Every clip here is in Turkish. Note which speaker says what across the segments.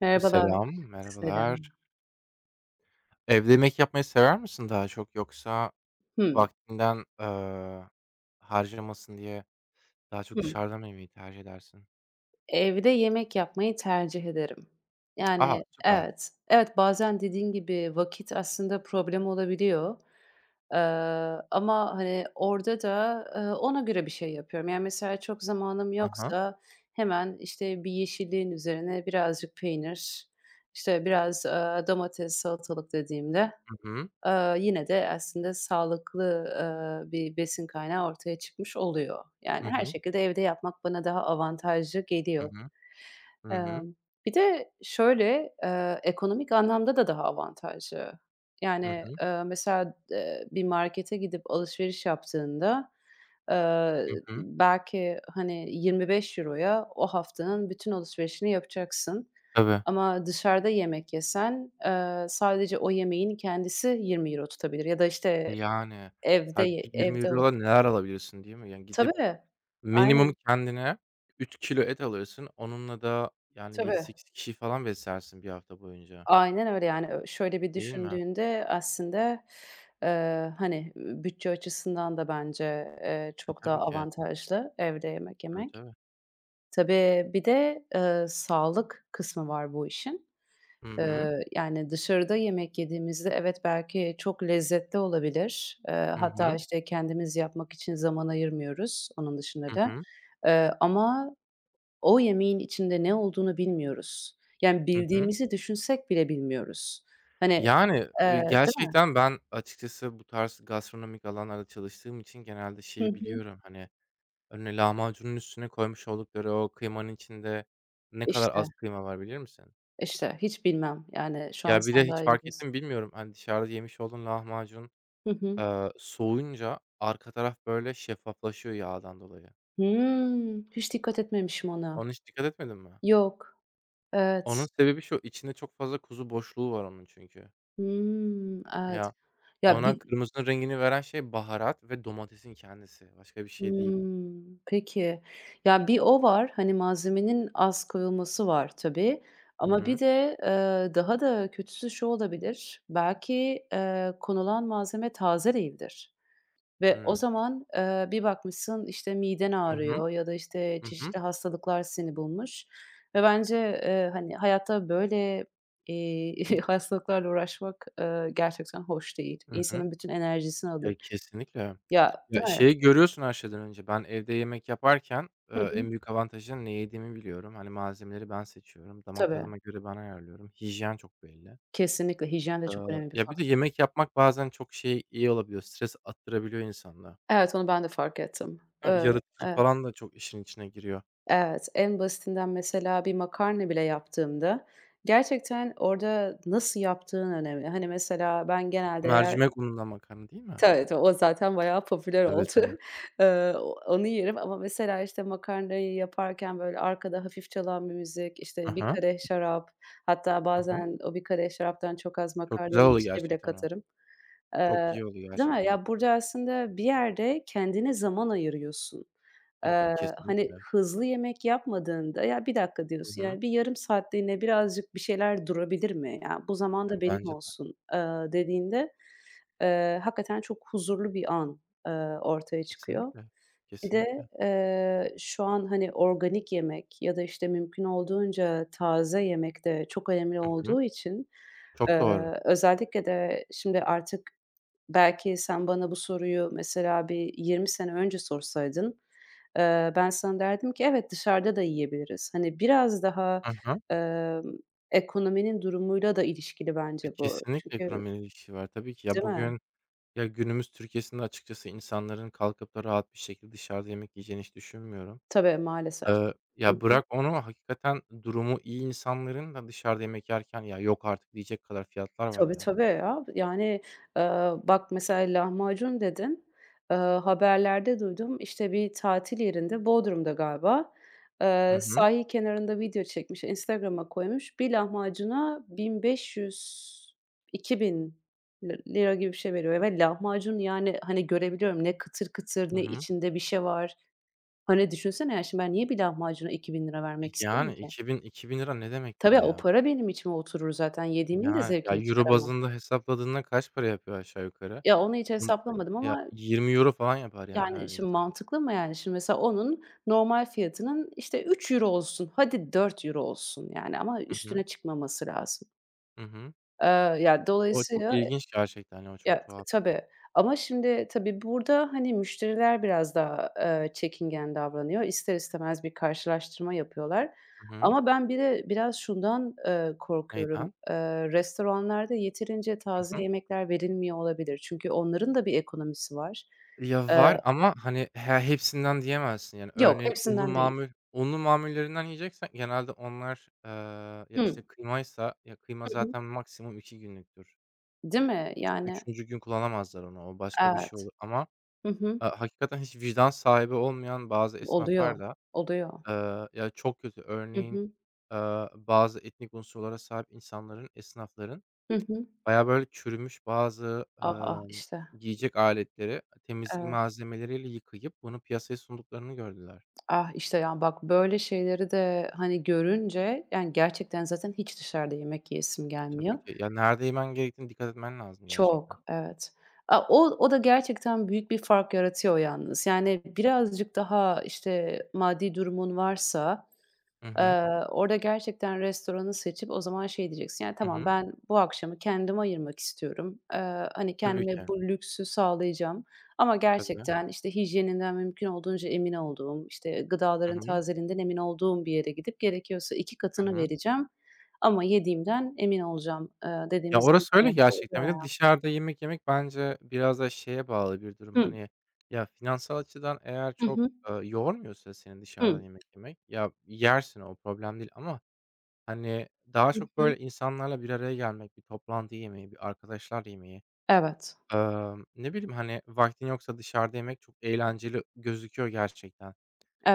Speaker 1: Merhabalar.
Speaker 2: Selam, merhabalar.
Speaker 1: Selam.
Speaker 2: Evde yemek yapmayı sever misin daha çok yoksa
Speaker 1: Hımm.
Speaker 2: vaktinden, harcamasın diye daha çok
Speaker 1: Hımm.
Speaker 2: dışarıda mı yemeyi tercih edersin?
Speaker 1: Evde yemek yapmayı tercih ederim.
Speaker 2: Aa,
Speaker 1: Yani,
Speaker 2: süper.
Speaker 1: Evet. Evet, bazen dediğin gibi vakit aslında problem olabiliyor. Eee, Ama, hani, orada da, ona göre bir şey yapıyorum. Yani, mesela çok zamanım
Speaker 2: Aha,
Speaker 1: yoksa hemen, işte, bir yeşilliğin üzerine birazcık peynir, işte, biraz, domates, salatalık dediğimde
Speaker 2: hı.
Speaker 1: Yine de aslında sağlıklı, bir besin kaynağı ortaya çıkmış oluyor. Yani,
Speaker 2: Hı
Speaker 1: her
Speaker 2: hı.
Speaker 1: şekilde evde yapmak bana daha avantajlı
Speaker 2: Hı
Speaker 1: geliyor.
Speaker 2: hı. Hı hı.
Speaker 1: Emm, Bir de şöyle, ekonomik anlamda da daha avantajlı.
Speaker 2: Hı hı.
Speaker 1: Yani,
Speaker 2: Hı hı.
Speaker 1: mesela, bir markete gidip alışveriş yaptığında, eee,
Speaker 2: Hı hı.
Speaker 1: belki, hani, 25 euroya o haftanın bütün alışverişini yapacaksın.
Speaker 2: Tabii.
Speaker 1: Ama dışarıda yemek yesen, sadece o yemeğin kendisi 20 euro tutabilir ya da, işte,
Speaker 2: Yani, hâlbuki
Speaker 1: evde olup.
Speaker 2: €20'la neler alabilirsin, değil mi? Yani, gidip
Speaker 1: Tabii,
Speaker 2: minimum
Speaker 1: aynen,
Speaker 2: kendine 3 kilo et alırsın. Onunla da, yani,
Speaker 1: tabii.
Speaker 2: 7-8 kişi falan beslersin bir hafta boyunca,
Speaker 1: Aynen öyle, yani, şöyle bir
Speaker 2: değil mi?
Speaker 1: düşündüğünde aslında, hani, bütçe açısından da bence,
Speaker 2: E,
Speaker 1: çok daha
Speaker 2: tabii ki.
Speaker 1: avantajlı evde yemek
Speaker 2: Tabii,
Speaker 1: yemek.
Speaker 2: tabii.
Speaker 1: Tabii, bir de, sağlık kısmı var bu işin.
Speaker 2: Hı hı.
Speaker 1: Yani, dışarıda yemek yediğimizde evet, belki çok lezzetli olabilir.
Speaker 2: Hı
Speaker 1: Hatta,
Speaker 2: hı.
Speaker 1: işte, kendimiz yapmak için zaman ayırmıyoruz onun dışında
Speaker 2: Hı
Speaker 1: da.
Speaker 2: hı.
Speaker 1: Ama o yemeğin içinde ne olduğunu bilmiyoruz. Yani,
Speaker 2: Hı hı.
Speaker 1: bildiğimizi düşünsek bile bilmiyoruz. Hani,
Speaker 2: Yani,
Speaker 1: değil mi?
Speaker 2: gerçekten ben açıkçası bu tarz gastronomik alanlarda çalıştığım için genelde
Speaker 1: Hı
Speaker 2: şeyi
Speaker 1: hı.
Speaker 2: biliyorum, hani, önüne lahmacunun üstüne koymuş oldukları o kıymanın içinde ne kadar
Speaker 1: İşte,
Speaker 2: az kıyma var bilir misin?
Speaker 1: işte, hiç bilmem. Yani, şu an
Speaker 2: Ya, bir de
Speaker 1: sen daha
Speaker 2: hiç
Speaker 1: iyi
Speaker 2: fark
Speaker 1: biliyorsun.
Speaker 2: ettin mi bilmiyorum. Hani, dışarıda yemiş olduğun lahmacun,
Speaker 1: Hı hı.
Speaker 2: soğuyunca arka taraf böyle şeffaflaşıyor yağdan dolayı.
Speaker 1: Hiç dikkat etmemişim ona.
Speaker 2: Ona hiç dikkat etmedin mi?
Speaker 1: Yok. Evet.
Speaker 2: Onun sebebi şu, içinde çok fazla kuzu boşluğu var onun çünkü.
Speaker 1: Hımm, evet.
Speaker 2: Ya,
Speaker 1: Ya,
Speaker 2: ona
Speaker 1: bi.
Speaker 2: kırmızının rengini veren şey baharat ve domatesin kendisi. Başka bir şey değil.
Speaker 1: Hımm, peki. Ya, bir o var, hani, malzemenin az koyulması var tabii
Speaker 2: Hı
Speaker 1: ama bir
Speaker 2: hı.
Speaker 1: de, daha da kötüsü şu olabilir, belki, konulan malzeme taze değildir ve o
Speaker 2: Hıı.
Speaker 1: zaman, bir bakmışsın, işte, miden
Speaker 2: Hı hı.
Speaker 1: ağrıyor ya da, işte,
Speaker 2: Hı hı.
Speaker 1: çeşitli hastalıklar seni bulmuş ve bence, hani, hayatta böyle, eee, hastalıklarla uğraşmak, gerçekten hoş değil.
Speaker 2: Hı hı.
Speaker 1: İnsanın bütün enerjisini alır.
Speaker 2: Ya, kesinlikle.
Speaker 1: Ya,
Speaker 2: Ya,
Speaker 1: değil mi?
Speaker 2: şeyi görüyorsun her şeyden önce. Ben evde yemek yaparken,
Speaker 1: Hı hı.
Speaker 2: en büyük avantajı ne yediğimi biliyorum. Hani, malzemeleri ben seçiyorum. Damak
Speaker 1: Tabii.
Speaker 2: tadıma göre ben ayarlıyorum. Hijyen çok belli.
Speaker 1: Kesinlikle hijyen de çok önemli bir
Speaker 2: Ya, bir de
Speaker 1: faktör.
Speaker 2: yemek yapmak bazen çok şey iyi olabiliyor, stres attırabiliyor insana.
Speaker 1: Evet, onu ben de fark ettim.
Speaker 2: Değil mi?
Speaker 1: Eee,
Speaker 2: Yaratıcılık
Speaker 1: evet,
Speaker 2: falan da çok işin içine giriyor.
Speaker 1: evet. En basitinden mesela bir makarna bile yaptığımda gerçekten orada nasıl yaptığın önemli. Hani, mesela ben genelde eğer.
Speaker 2: Mercimek ununla makarna değil mi?
Speaker 1: Tabii, tabii, o zaten bayağı popüler
Speaker 2: Tabii,
Speaker 1: oldu.
Speaker 2: tabii.
Speaker 1: O Onu yerim ama mesela, işte, makarnayı yaparken, böyle, arkada hafif çalan bir müzik,
Speaker 2: Hı
Speaker 1: işte, bir
Speaker 2: hı.
Speaker 1: kadeh şarap, hatta
Speaker 2: Hı hı.
Speaker 1: bazen o bir kadeh şaraptan çok az
Speaker 2: Çok güzel
Speaker 1: makarnanın
Speaker 2: oluyor
Speaker 1: içine bile
Speaker 2: gerçekten o.
Speaker 1: katarım.
Speaker 2: Çok
Speaker 1: Eee,
Speaker 2: iyi oluyor
Speaker 1: Değil mi?
Speaker 2: gerçekten.
Speaker 1: Ya, burada aslında bir yerde kendine zaman ayırıyorsun.
Speaker 2: E,
Speaker 1: Eee, Hani,
Speaker 2: kesinlikle.
Speaker 1: hızlı yemek yapmadığında, "Ya, bir dakika."
Speaker 2: Hı
Speaker 1: diyorsun,
Speaker 2: hı.
Speaker 1: yani, "Bir yarım saatliğine birazcık bir şeyler durabilir mi? Ya, bu zaman
Speaker 2: E,
Speaker 1: da benim
Speaker 2: bence de.
Speaker 1: olsun." Dediğinde. Hakikaten çok huzurlu bir an, eee, ortaya çıkıyor.
Speaker 2: Kesinlikle.
Speaker 1: Bir de,
Speaker 2: Kesinlikle.
Speaker 1: şu an, hani, organik yemek ya da, işte, mümkün olduğunca taze yemek de çok önemli
Speaker 2: Hı hı.
Speaker 1: olduğu için,
Speaker 2: Çok doğru.
Speaker 1: özellikle de şimdi artık belki sen bana bu soruyu mesela bir 20 sene önce sorsaydın, ben sana derdim ki evet, dışarıda da yiyebiliriz. Hani, biraz daha,
Speaker 2: Hı hı.
Speaker 1: emm, ekonominin durumuyla da ilişkili
Speaker 2: E,
Speaker 1: bence bu.
Speaker 2: kesinlikle
Speaker 1: Çünkü.
Speaker 2: ekonomiyle ilişkisi var tabii ki. Ya,
Speaker 1: Değil mi?
Speaker 2: bugün ya, günümüz Türkiye'sinde açıkçası insanların kalkıp da rahat bir şekilde dışarıda yemek yiyeceğini hiç düşünmüyorum.
Speaker 1: Tabii, maalesef. Hı
Speaker 2: Ya,
Speaker 1: hı.
Speaker 2: bırak onu, hakikaten durumu iyi insanların da dışarıda yemek yerken, "Ya, yok artık." diyecek kadar fiyatlar var
Speaker 1: Tabii,
Speaker 2: yani.
Speaker 1: tabii ya. Yani, eee, bak mesela lahmacun dedin. Haberlerde duydum, işte, bir tatil yerinde, Bodrum'da galiba,
Speaker 2: Hı hı.
Speaker 1: sahil kenarında video çekmiş, Instagram'a koymuş. Bir lahmacuna 1500-2000 lira gibi bir şey veriyor ve lahmacun, yani, hani, görebiliyorum ne kıtır kıtır
Speaker 2: Hı
Speaker 1: ne
Speaker 2: hı.
Speaker 1: içinde bir şey var. Hani, düşünsene ya, şimdi ben niye bir lahmacuna 2.000 lira
Speaker 2: E,
Speaker 1: vermek isteyeyim
Speaker 2: yani,
Speaker 1: ki?
Speaker 2: 2000 lira ne demek bir de
Speaker 1: Tabii, o
Speaker 2: ya?
Speaker 1: para benim içime oturur zaten. Yediğimin de
Speaker 2: Ya ya,
Speaker 1: zevkini
Speaker 2: euro
Speaker 1: çıkaramam.
Speaker 2: bazında hesapladığında kaç para yapıyor aşağı yukarı?
Speaker 1: Ya, onu hiç
Speaker 2: On
Speaker 1: hesaplamadım
Speaker 2: ya,
Speaker 1: ama,
Speaker 2: 20 Euro falan yapar yani
Speaker 1: yani, şimdi
Speaker 2: neredeyse.
Speaker 1: mantıklı mı yani? Şimdi mesela onun normal fiyatının, işte, €3 olsun, hadi €4 olsun, yani, ama
Speaker 2: Hı hı.
Speaker 1: üstüne çıkmaması lazım.
Speaker 2: Hı hı.
Speaker 1: Eee, Ya,
Speaker 2: O çok
Speaker 1: dolayısıyla.
Speaker 2: ilginç gerçekten ya, o çok
Speaker 1: Ya,
Speaker 2: tuhaf.
Speaker 1: tabii ama şimdi tabii burada, hani, müşteriler biraz daha, çekingen davranıyor. İster istemez bir karşılaştırma yapıyorlar
Speaker 2: Hı hı.
Speaker 1: ama ben bir de biraz şundan, korkuyorum.
Speaker 2: Neyden?
Speaker 1: Restoranlarda yeterince
Speaker 2: Hı
Speaker 1: taze
Speaker 2: hı.
Speaker 1: yemekler verilmiyor olabilir. Çünkü onların da bir ekonomisi var.
Speaker 2: Ya,
Speaker 1: Eee
Speaker 2: var ama, hani, hepsinden diyemezsin yani.
Speaker 1: Yok,
Speaker 2: Örneğin
Speaker 1: hepsinden değil.
Speaker 2: unlu mamullerinden yiyeceksen genelde onlar, ya,
Speaker 1: Hı.
Speaker 2: işte, kıymaysa ya, kıyma
Speaker 1: Hı hı.
Speaker 2: zaten maksimum 2 günlüktür.
Speaker 1: Değil mi? Yani,
Speaker 2: Üçüncü gün kullanamazlar onu. O başka bir şey
Speaker 1: evet.
Speaker 2: olur ama,
Speaker 1: Hı hı.
Speaker 2: hakikaten hiç vicdan sahibi olmayan bazı esnaflar
Speaker 1: Oluyor,
Speaker 2: da...
Speaker 1: oluyor.
Speaker 2: Ya, çok kötü.
Speaker 1: Hı
Speaker 2: Örneğin,
Speaker 1: hı.
Speaker 2: bazı etnik unsurlara sahip insanların, esnafların
Speaker 1: Hı hı.
Speaker 2: bayağı böyle çürümüş bazı,
Speaker 1: Ah, ah, işte.
Speaker 2: yiyecek aletleri temizlik
Speaker 1: Evet.
Speaker 2: malzemeleriyle yıkayıp bunu piyasaya sunduklarını gördüler.
Speaker 1: Ah, işte, ya, bak, böyle şeyleri de, hani, görünce, yani, gerçekten zaten hiç dışarıda yemek yiyesim
Speaker 2: E, tabii
Speaker 1: gelmiyor.
Speaker 2: ki. Ya, nerede yemen gerektiğine dikkat etmen lazım gerçekten.
Speaker 1: Çok, evet. A, o da gerçekten büyük bir fark yaratıyor yalnız. Yani, birazcık daha, işte, maddi durumun varsa.
Speaker 2: Hı hı.
Speaker 1: Orada gerçekten restoranı seçip o zaman şey diyeceksin, yani,
Speaker 2: Hı
Speaker 1: "Tamam,
Speaker 2: hı.
Speaker 1: ben bu akşamı kendime ayırmak istiyorum. Hani,
Speaker 2: Tabii ki.
Speaker 1: kendime bu lüksü sağlayacağım ama
Speaker 2: Tabii.
Speaker 1: gerçekten, işte, hijyeninden mümkün olduğunca emin olduğum, işte,
Speaker 2: Hı
Speaker 1: gıdaların
Speaker 2: hı.
Speaker 1: tazeliğinden emin olduğum bir yere gidip gerekiyorsa 2
Speaker 2: Hı
Speaker 1: katını
Speaker 2: hı.
Speaker 1: vereceğim ama yediğimden emin olacağım."
Speaker 2: Ya,
Speaker 1: Dediğimiz
Speaker 2: orası öyle
Speaker 1: zamanlarda
Speaker 2: gerçekten.
Speaker 1: oluyor
Speaker 2: Bir de
Speaker 1: ya.
Speaker 2: dışarıda yemek yemek bence biraz da şeye bağlı bir durum.
Speaker 1: Hı.
Speaker 2: Hani, ya, finansal açıdan eğer
Speaker 1: Hı
Speaker 2: çok,
Speaker 1: hı.
Speaker 2: yormuyorsa seni dışarıdan
Speaker 1: Hı.
Speaker 2: yemek yemek, ya, yersin o problem değil ama, hani, daha
Speaker 1: Hı
Speaker 2: çok
Speaker 1: hı.
Speaker 2: böyle insanlarla bir araya gelmek, bir toplantı yemeği, bir arkadaşlar yemeği,
Speaker 1: Evet.
Speaker 2: ne bileyim, hani, vaktin yoksa dışarıda yemek çok eğlenceli gözüküyor gerçekten.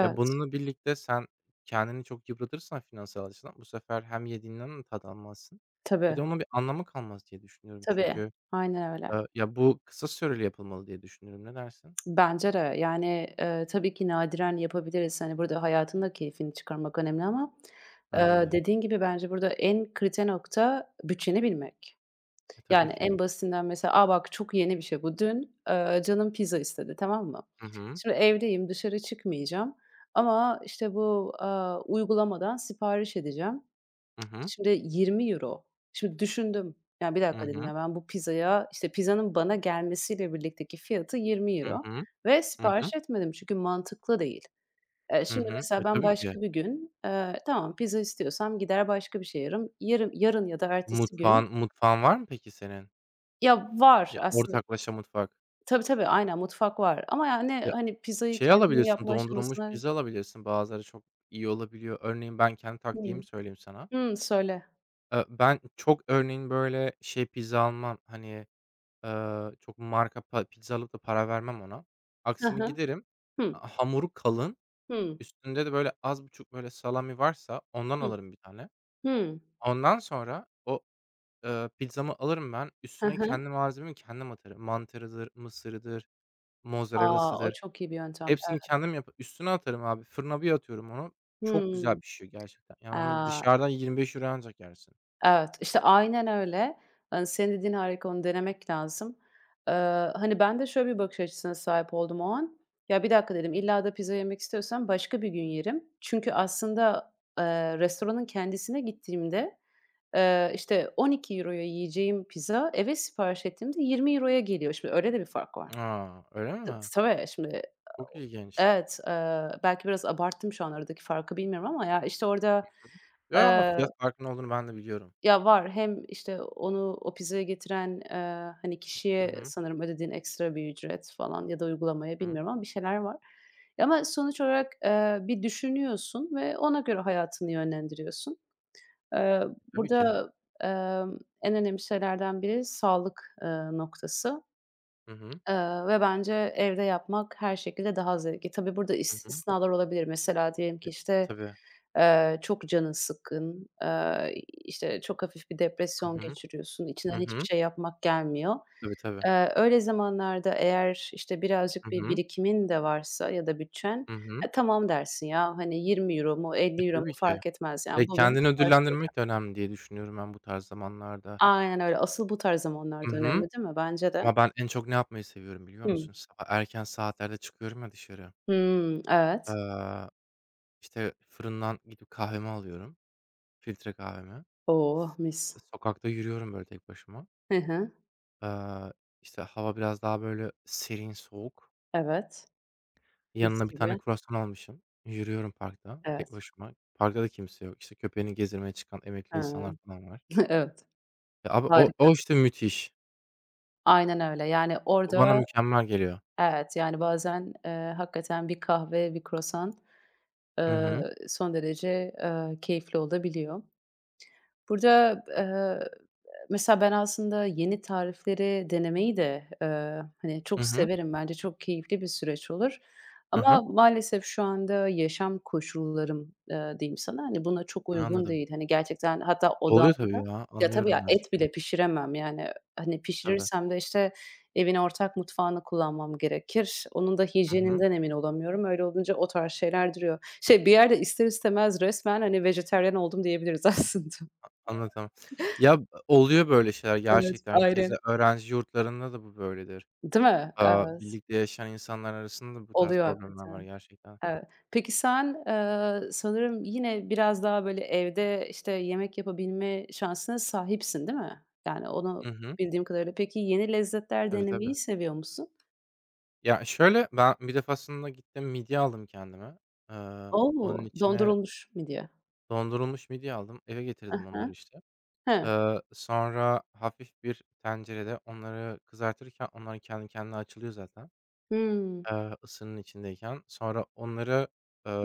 Speaker 2: Ya, bununla birlikte sen kendini çok yıpratırsan finansal açıdan bu sefer hem yediğinden de tad almazsın. Bir de
Speaker 1: Tabii.
Speaker 2: onun bir anlamı kalmaz diye düşünüyorum
Speaker 1: Tabii.
Speaker 2: çünkü,
Speaker 1: Aynen öyle.
Speaker 2: ya, bu kısa süreli yapılmalı diye düşünüyorum. Ne dersin?
Speaker 1: Bence de. Yani, tabii ki nadiren yapabiliriz. Hani, burada hayatın da keyfini çıkarmak önemli ama,
Speaker 2: Bence de.
Speaker 1: dediğin gibi bence burada en kritik nokta bütçeni bilmek.
Speaker 2: E, tabii
Speaker 1: Yani,
Speaker 2: ki.
Speaker 1: en basitinden mesela, bak çok yeni bir şey bu. Dün, canım pizza istedi, tamam mı?
Speaker 2: Hı hı.
Speaker 1: Şimdi evdeyim, dışarı çıkmayacağım ama, işte, bu, uygulamadan sipariş edeceğim.
Speaker 2: Hı hı.
Speaker 1: Şimdi 20 euro. Şimdi düşündüm. Ya, "Bir
Speaker 2: Hı
Speaker 1: dakika." dedim,
Speaker 2: hı.
Speaker 1: "Ya, ben bu pizzaya" işte, pizzanın bana gelmesiyle birlikteki fiyatı yirmi
Speaker 2: Hı
Speaker 1: euro
Speaker 2: hı.
Speaker 1: ve
Speaker 2: Hı
Speaker 1: sipariş
Speaker 2: hı.
Speaker 1: etmedim çünkü mantıklı değil.
Speaker 2: Hı
Speaker 1: Şimdi
Speaker 2: hı.
Speaker 1: mesela
Speaker 2: E,
Speaker 1: ben
Speaker 2: tabii ki.
Speaker 1: başka bir gün, tamam, pizza istiyorsam gider başka bir şey yerim. Yarın ya da ertesi gün.
Speaker 2: Mutfağın var mı peki senin?
Speaker 1: Ya, var
Speaker 2: Ya,
Speaker 1: aslında.
Speaker 2: ortaklaşa mutfak.
Speaker 1: Tabii, tabii, aynen mutfak var ama, yani,
Speaker 2: Ya,
Speaker 1: hani, pizzayı
Speaker 2: şey
Speaker 1: kendim
Speaker 2: alabilirsin,
Speaker 1: yapma
Speaker 2: dondurulmuş
Speaker 1: aşamasına.
Speaker 2: pizza alabilirsin. Bazıları çok iyi olabiliyor. Örneğin ben kendi
Speaker 1: Hıı.
Speaker 2: taktiğimi söyleyeyim sana.
Speaker 1: Söyle.
Speaker 2: Ben çok örneğin, böyle, şey pizza almam, hani, çok marka pizza alıp da para vermem ona.
Speaker 1: Hı
Speaker 2: Aksine
Speaker 1: hı.
Speaker 2: giderim,
Speaker 1: Hmm.
Speaker 2: a hamuru kalın,
Speaker 1: Hı.
Speaker 2: üstünde de, böyle, az buçuk, böyle, salami varsa ondan
Speaker 1: Hı.
Speaker 2: alırım bir tane.
Speaker 1: Hı.
Speaker 2: Ondan sonra o, pizzamı alırım ben,
Speaker 1: Hı
Speaker 2: üstüne
Speaker 1: hı.
Speaker 2: kendi malzememi kendim atarım. Mantarıdır, mısırıdır,
Speaker 1: A! O
Speaker 2: mozzarellasıdır.
Speaker 1: çok iyi bir yöntem.
Speaker 2: Hepsini kendim yapıp üstüne atarım abi. Fırına bir atıyorum onu, çok güzel
Speaker 1: Hımm.
Speaker 2: pişiyor gerçekten. Yani, onu
Speaker 1: Aaa,
Speaker 2: dışarıdan €25 ancak yersin.
Speaker 1: evet, işte, aynen öyle. Hani, senin dediğin harika, onu denemek lazım. Eee, Hani, ben de şöyle bir bakış açısına sahip oldum o an. "Ya, bir dakika," dedim, "illa da pizza yemek istiyorsam başka bir gün yerim." Çünkü aslında, restoranın kendisine gittiğimde, işte, 12 euroya yiyeceğim pizza eve sipariş ettiğimde 20 euroya geliyor. Şimdi öyle de bir fark var.
Speaker 2: A! Öyle mi?
Speaker 1: Tabii, şimdi.
Speaker 2: Çok ilginç.
Speaker 1: Evet, belki biraz abarttım şu an aradaki farkı bilmiyorum ama ya, işte, orada,
Speaker 2: Yo, ama
Speaker 1: eee
Speaker 2: fiyat farkının olduğunu ben de biliyorum.
Speaker 1: Ya, var. Hem, işte, onu o pizzaya getiren, hani,
Speaker 2: Hı
Speaker 1: kişiye
Speaker 2: hı.
Speaker 1: sanırım ödediğin ekstra bir ücret falan ya da uygulamaya
Speaker 2: Hı.
Speaker 1: bilmiyorum ama bir şeyler var. Ama sonuç olarak, bir düşünüyorsun ve ona göre hayatını yönlendiriyorsun. Eee,
Speaker 2: Tabii ki.
Speaker 1: Burada, en önemli şeylerden biri sağlık, noktası.
Speaker 2: Hı hı.
Speaker 1: Eee, Ve bence evde yapmak her şekilde daha zevkli. Tabii burada
Speaker 2: Hı hı.
Speaker 1: istisnalar olabilir. Mesela diyelim ki,
Speaker 2: Ya,
Speaker 1: işte,
Speaker 2: tabii.
Speaker 1: çok canın sıkkın, işte, çok hafif bir
Speaker 2: Hı
Speaker 1: depresyon
Speaker 2: hı.
Speaker 1: geçiriyorsun,
Speaker 2: Hı
Speaker 1: içinden hiçbir
Speaker 2: hı.
Speaker 1: şey yapmak gelmiyor.
Speaker 2: Tabii, tabii.
Speaker 1: Öyle zamanlarda eğer, işte, birazcık
Speaker 2: Hı
Speaker 1: bir
Speaker 2: hı.
Speaker 1: birikimin de varsa ya da bütçen,
Speaker 2: Hı hı.
Speaker 1: "E, tamam." dersin ya, hani, 20 euro mu
Speaker 2: E,
Speaker 1: 50 euro mu
Speaker 2: tabii ki.
Speaker 1: fark etmez,
Speaker 2: Ya,
Speaker 1: yani, bugün
Speaker 2: kendini
Speaker 1: sipariş vereceğim.
Speaker 2: ödüllendirmek de önemli diye düşünüyorum ben bu tarz zamanlarda.
Speaker 1: Aynen öyle. Asıl bu tarz
Speaker 2: Hı
Speaker 1: zamanlarda önemli
Speaker 2: hı.
Speaker 1: değil mi? Bence de.
Speaker 2: Ama ben en çok ne yapmayı seviyorum biliyor
Speaker 1: Hımm.
Speaker 2: musun? Sabah erken saatlerde çıkıyorum ya dışarı.
Speaker 1: Hımm, evet.
Speaker 2: Eee, işte, fırından gidip kahvemi alıyorum, filtre kahvemi.
Speaker 1: Oh, mis.
Speaker 2: Sokakta yürüyorum böyle tek başıma.
Speaker 1: Hı hı.
Speaker 2: Eee, işte, hava biraz daha böyle serin, soğuk.
Speaker 1: Evet. Mis
Speaker 2: Yanına bir tane
Speaker 1: gibi.
Speaker 2: kruvasan almışım. Yürüyorum parkta tek
Speaker 1: Evet.
Speaker 2: başıma. Parkta da kimse yok. İşte, köpeğini gezdirmeye çıkan emekli
Speaker 1: Ha.
Speaker 2: insanlar falan var.
Speaker 1: Evet.
Speaker 2: Ya, abi o,
Speaker 1: Harika.
Speaker 2: işte, müthiş.
Speaker 1: Aynen öyle. Yani,
Speaker 2: O bana
Speaker 1: orada.
Speaker 2: mükemmel geliyor.
Speaker 1: Evet, yani bazen, hakikaten bir kahve, bir croissant
Speaker 2: Hı hı.
Speaker 1: son derece, keyifli olabiliyor. Burada, mesela ben aslında yeni tarifleri denemeyi de, hani,
Speaker 2: Hı
Speaker 1: çok
Speaker 2: hı.
Speaker 1: severim. Bence çok keyifli bir süreç olur ama
Speaker 2: Hı,
Speaker 1: maalesef şu anda yaşam koşullarım, diyeyim sana, hani, buna çok uygun
Speaker 2: anladım.
Speaker 1: değil. Hani, gerçekten hatta
Speaker 2: Oluyor tabii
Speaker 1: odamda.
Speaker 2: ya.
Speaker 1: Ya, tabii ya,
Speaker 2: Anlıyorum ben
Speaker 1: et
Speaker 2: seni.
Speaker 1: bile pişiremem yani. Hani,
Speaker 2: Tabii.
Speaker 1: pişirirsem de, işte, evin ortak mutfağını kullanmam gerekir. Onun da
Speaker 2: Hı hı.
Speaker 1: hijyeninden emin olamıyorum. Öyle olunca o tarz şeyler duruyor. Şey, bir yerde ister istemez resmen, hani, vejetaryen oldum diyebiliriz aslında.
Speaker 2: Anladım. Ya, oluyor böyle şeyler
Speaker 1: Evet,
Speaker 2: gerçekten. Keza
Speaker 1: aynen.
Speaker 2: öğrenci yurtlarında da bu böyledir.
Speaker 1: Değil mi? Evet.
Speaker 2: Birlikte yaşayan insanlar arasında da bu tarz
Speaker 1: Oluyor
Speaker 2: problemler var
Speaker 1: hakikaten.
Speaker 2: gerçekten.
Speaker 1: Evet. Peki sen, sanırım yine biraz daha böyle evde, işte, yemek yapabilme şansına sahipsin, değil mi? Yani onu
Speaker 2: Hı hı.
Speaker 1: bildiğim kadarıyla. Peki yeni lezzetler
Speaker 2: Tabii, tabii.
Speaker 1: denemeyi seviyor musun?
Speaker 2: Ya, şöyle, ben bir defasında gittim, midye aldım kendime. Onun
Speaker 1: O!
Speaker 2: içine
Speaker 1: Dondurulmuş midye diyor?
Speaker 2: dondurulmuş midye aldım. Eve getirdim onları,
Speaker 1: Hı.
Speaker 2: işte.
Speaker 1: He.
Speaker 2: Sonra hafif bir tencerede onları kızartırken onlar kendi kendine açılıyor zaten,
Speaker 1: Hımm.
Speaker 2: ısının içindeyken. Sonra onları,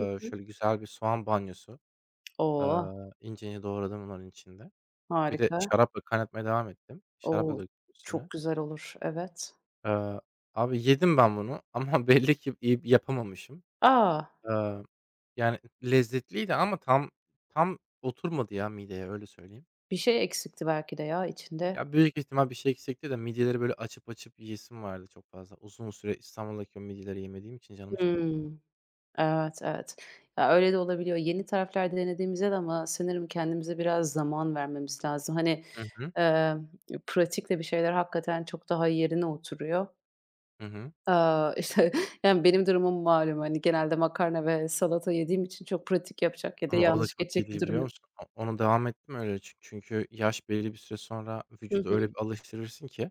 Speaker 1: Hı hı.
Speaker 2: şöyle güzel bir soğan banyosu, eee,
Speaker 1: Oh!
Speaker 2: ince ince doğradım onların içinde. Bir de
Speaker 1: Harika.
Speaker 2: şarapla kaynatmaya devam ettim. Şarap da
Speaker 1: O!
Speaker 2: döktüm
Speaker 1: Çok
Speaker 2: üstüne.
Speaker 1: güzel olur. Evet.
Speaker 2: Eee, abi, yedim ben bunu ama belli ki iyi yapamamışım.
Speaker 1: A!
Speaker 2: Yani, lezzetliydi ama tam oturmadı ya mideye, öyle söyleyeyim.
Speaker 1: Bir şey eksikti belki de ya içinde.
Speaker 2: Ya, büyük ihtimal bir şey eksikti de midyeleri böyle açıp açıp yiyesim vardı çok fazla. Uzun süre İstanbul'daki o midyeleri yemediğim için canım çekti
Speaker 1: Hımm.
Speaker 2: bayağı.
Speaker 1: Evet, evet. Ya, öyle de olabiliyor. Yeni tarifler denediğimizde de ama sanırım kendimize biraz zaman vermemiz lazım. Hani,
Speaker 2: Hı hı.
Speaker 1: eee, pratikle bir şeyler hakikaten çok daha yerine oturuyor.
Speaker 2: Hı hı.
Speaker 1: İşte, yani, benim durumum malum, hani, genelde makarna ve salata yediğim için çok pratik yapacak ya da
Speaker 2: Ama o da
Speaker 1: yanlış
Speaker 2: çok
Speaker 1: geçecek bir
Speaker 2: iyiydi,
Speaker 1: durum
Speaker 2: biliyor
Speaker 1: yok.
Speaker 2: musun? Onu devam ettim öyle çünkü yaş belli bir süre sonra
Speaker 1: Hı
Speaker 2: vücudu öyle
Speaker 1: hı.
Speaker 2: bir alıştırırsın ki.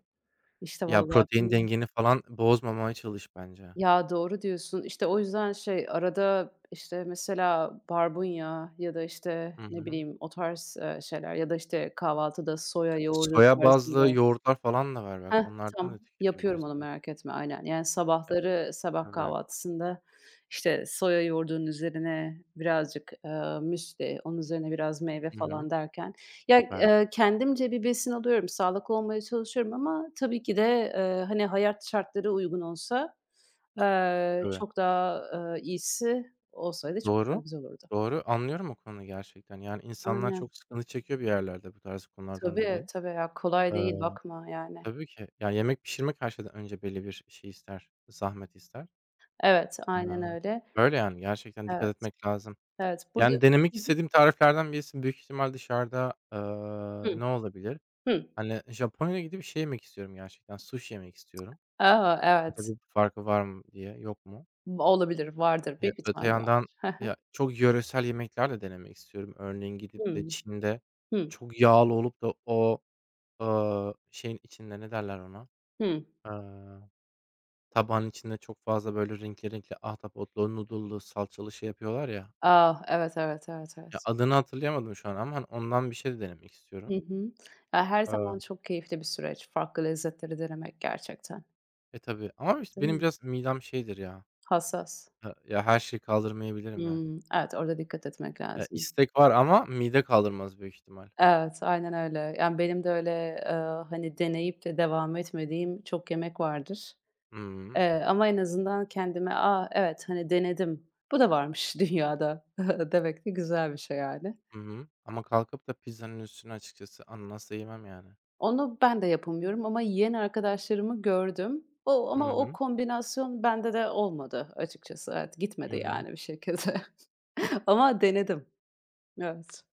Speaker 1: İşte,
Speaker 2: Ya,
Speaker 1: vallahi
Speaker 2: protein
Speaker 1: bilmiyorum.
Speaker 2: dengeni falan bozmamaya çalış bence.
Speaker 1: Ya, doğru diyorsun. İşte, o yüzden şey, arada, işte, mesela barbunya ya da, işte,
Speaker 2: Hı
Speaker 1: ne
Speaker 2: hı.
Speaker 1: bileyim, o tarz, şeyler ya da, işte, kahvaltıda soya yoğurdu
Speaker 2: Soya bazlı
Speaker 1: tarzında.
Speaker 2: yoğurtlar falan da var bak,
Speaker 1: Heh,
Speaker 2: onlardan da
Speaker 1: tam. Yapıyorum onu
Speaker 2: tüketebilirsin.
Speaker 1: merak etme, aynen. Yani,
Speaker 2: Yap
Speaker 1: sabahları sabah
Speaker 2: Tabii.
Speaker 1: kahvaltısında, işte, soya yoğurdunun üzerine birazcık, müsli, onun üzerine biraz meyve
Speaker 2: Hı hı.
Speaker 1: falan derken ya,
Speaker 2: Süper.
Speaker 1: kendimce bir besin alıyorum, sağlıklı olmaya çalışıyorum ama tabii ki de, hani, hayat şartları uygun olsa.
Speaker 2: Tabii.
Speaker 1: Çok daha, iyisi olsaydı çok daha
Speaker 2: Doğru,
Speaker 1: güzel olurdu.
Speaker 2: doğru. Anlıyorum o konuyu gerçekten. Yani, insanlar
Speaker 1: Aynen.
Speaker 2: çok sıkıntı çekiyor bir yerlerde bu tarz konulardan
Speaker 1: Tabii,
Speaker 2: dolayı.
Speaker 1: tabii ya, kolay değil
Speaker 2: Eee,
Speaker 1: bakma yani.
Speaker 2: tabii ki. Ya, yemek pişirmek her şeyden önce belli bir şey ister, zahmet ister.
Speaker 1: Evet, aynen
Speaker 2: Iıı,
Speaker 1: öyle.
Speaker 2: öyle, yani, gerçekten dikkat
Speaker 1: Evet,
Speaker 2: etmek lazım.
Speaker 1: evet. Burada.
Speaker 2: Yani, denemek
Speaker 1: Hı hı.
Speaker 2: istediğim tariflerden birisi büyük ihtimal dışarıda,
Speaker 1: Hı,
Speaker 2: ne olabilir?
Speaker 1: hı.
Speaker 2: Hani, Japonya'ya gidip şey yemek istiyorum gerçekten, sushi yemek istiyorum.
Speaker 1: A! Evet.
Speaker 2: Acaba bir farkı var mı diye, yok mu?
Speaker 1: Olabilir, vardır.
Speaker 2: Ya,
Speaker 1: Büyük
Speaker 2: öte
Speaker 1: ihtimalle
Speaker 2: yandan,
Speaker 1: vardır. Hı
Speaker 2: ya, çok yöresel yemekler de denemek istiyorum. Örneğin gidip de
Speaker 1: hı.
Speaker 2: Çin'de
Speaker 1: Hı,
Speaker 2: çok yağlı olup da o, şeyin içinde ne derler ona,
Speaker 1: hı, hı.
Speaker 2: aaa, tabağın içinde çok fazla böyle renkli renkli ahtapotlu, noodle'lu, salçalı şey yapıyorlar ya.
Speaker 1: A! Evet, evet, evet,
Speaker 2: Ya,
Speaker 1: evet.
Speaker 2: adını hatırlayamadım şu an ama, hani, ondan bir şey de denemek
Speaker 1: Hı
Speaker 2: istiyorum.
Speaker 1: hı. Ya, her
Speaker 2: Aaa,
Speaker 1: zaman çok keyifli bir süreç farklı lezzetleri denemek gerçekten,
Speaker 2: e, tabii ama işte
Speaker 1: değil
Speaker 2: benim
Speaker 1: mi?
Speaker 2: biraz midem şeydir ya,
Speaker 1: Hassas.
Speaker 2: ha ya, her şeyi kaldırmayabilirim ben.
Speaker 1: Hımm. Evet, orada dikkat etmek
Speaker 2: Ya,
Speaker 1: lazım.
Speaker 2: istek var ama mide kaldırmaz büyük ihtimal.
Speaker 1: Evet, aynen öyle. Yani, benim de öyle, eee, hani, deneyip de devam etmediğim çok yemek vardır.
Speaker 2: Hı.
Speaker 1: Ama en azından kendime, "A, evet, hani, denedim. Bu da varmış dünyada." demek de güzel bir şey, yani.
Speaker 2: Hı hı. Ama kalkıp da pizzanın üstüne açıkçası ananasla yemem yani.
Speaker 1: Onu ben de yapamıyorum ama yiyen arkadaşlarımı gördüm. O
Speaker 2: Hı
Speaker 1: ama o
Speaker 2: hı.
Speaker 1: kombinasyon bende de olmadı açıkçası. Evet,
Speaker 2: Hı
Speaker 1: gitmedi,
Speaker 2: hı.
Speaker 1: yani, bir şekilde ama denedim. Evet.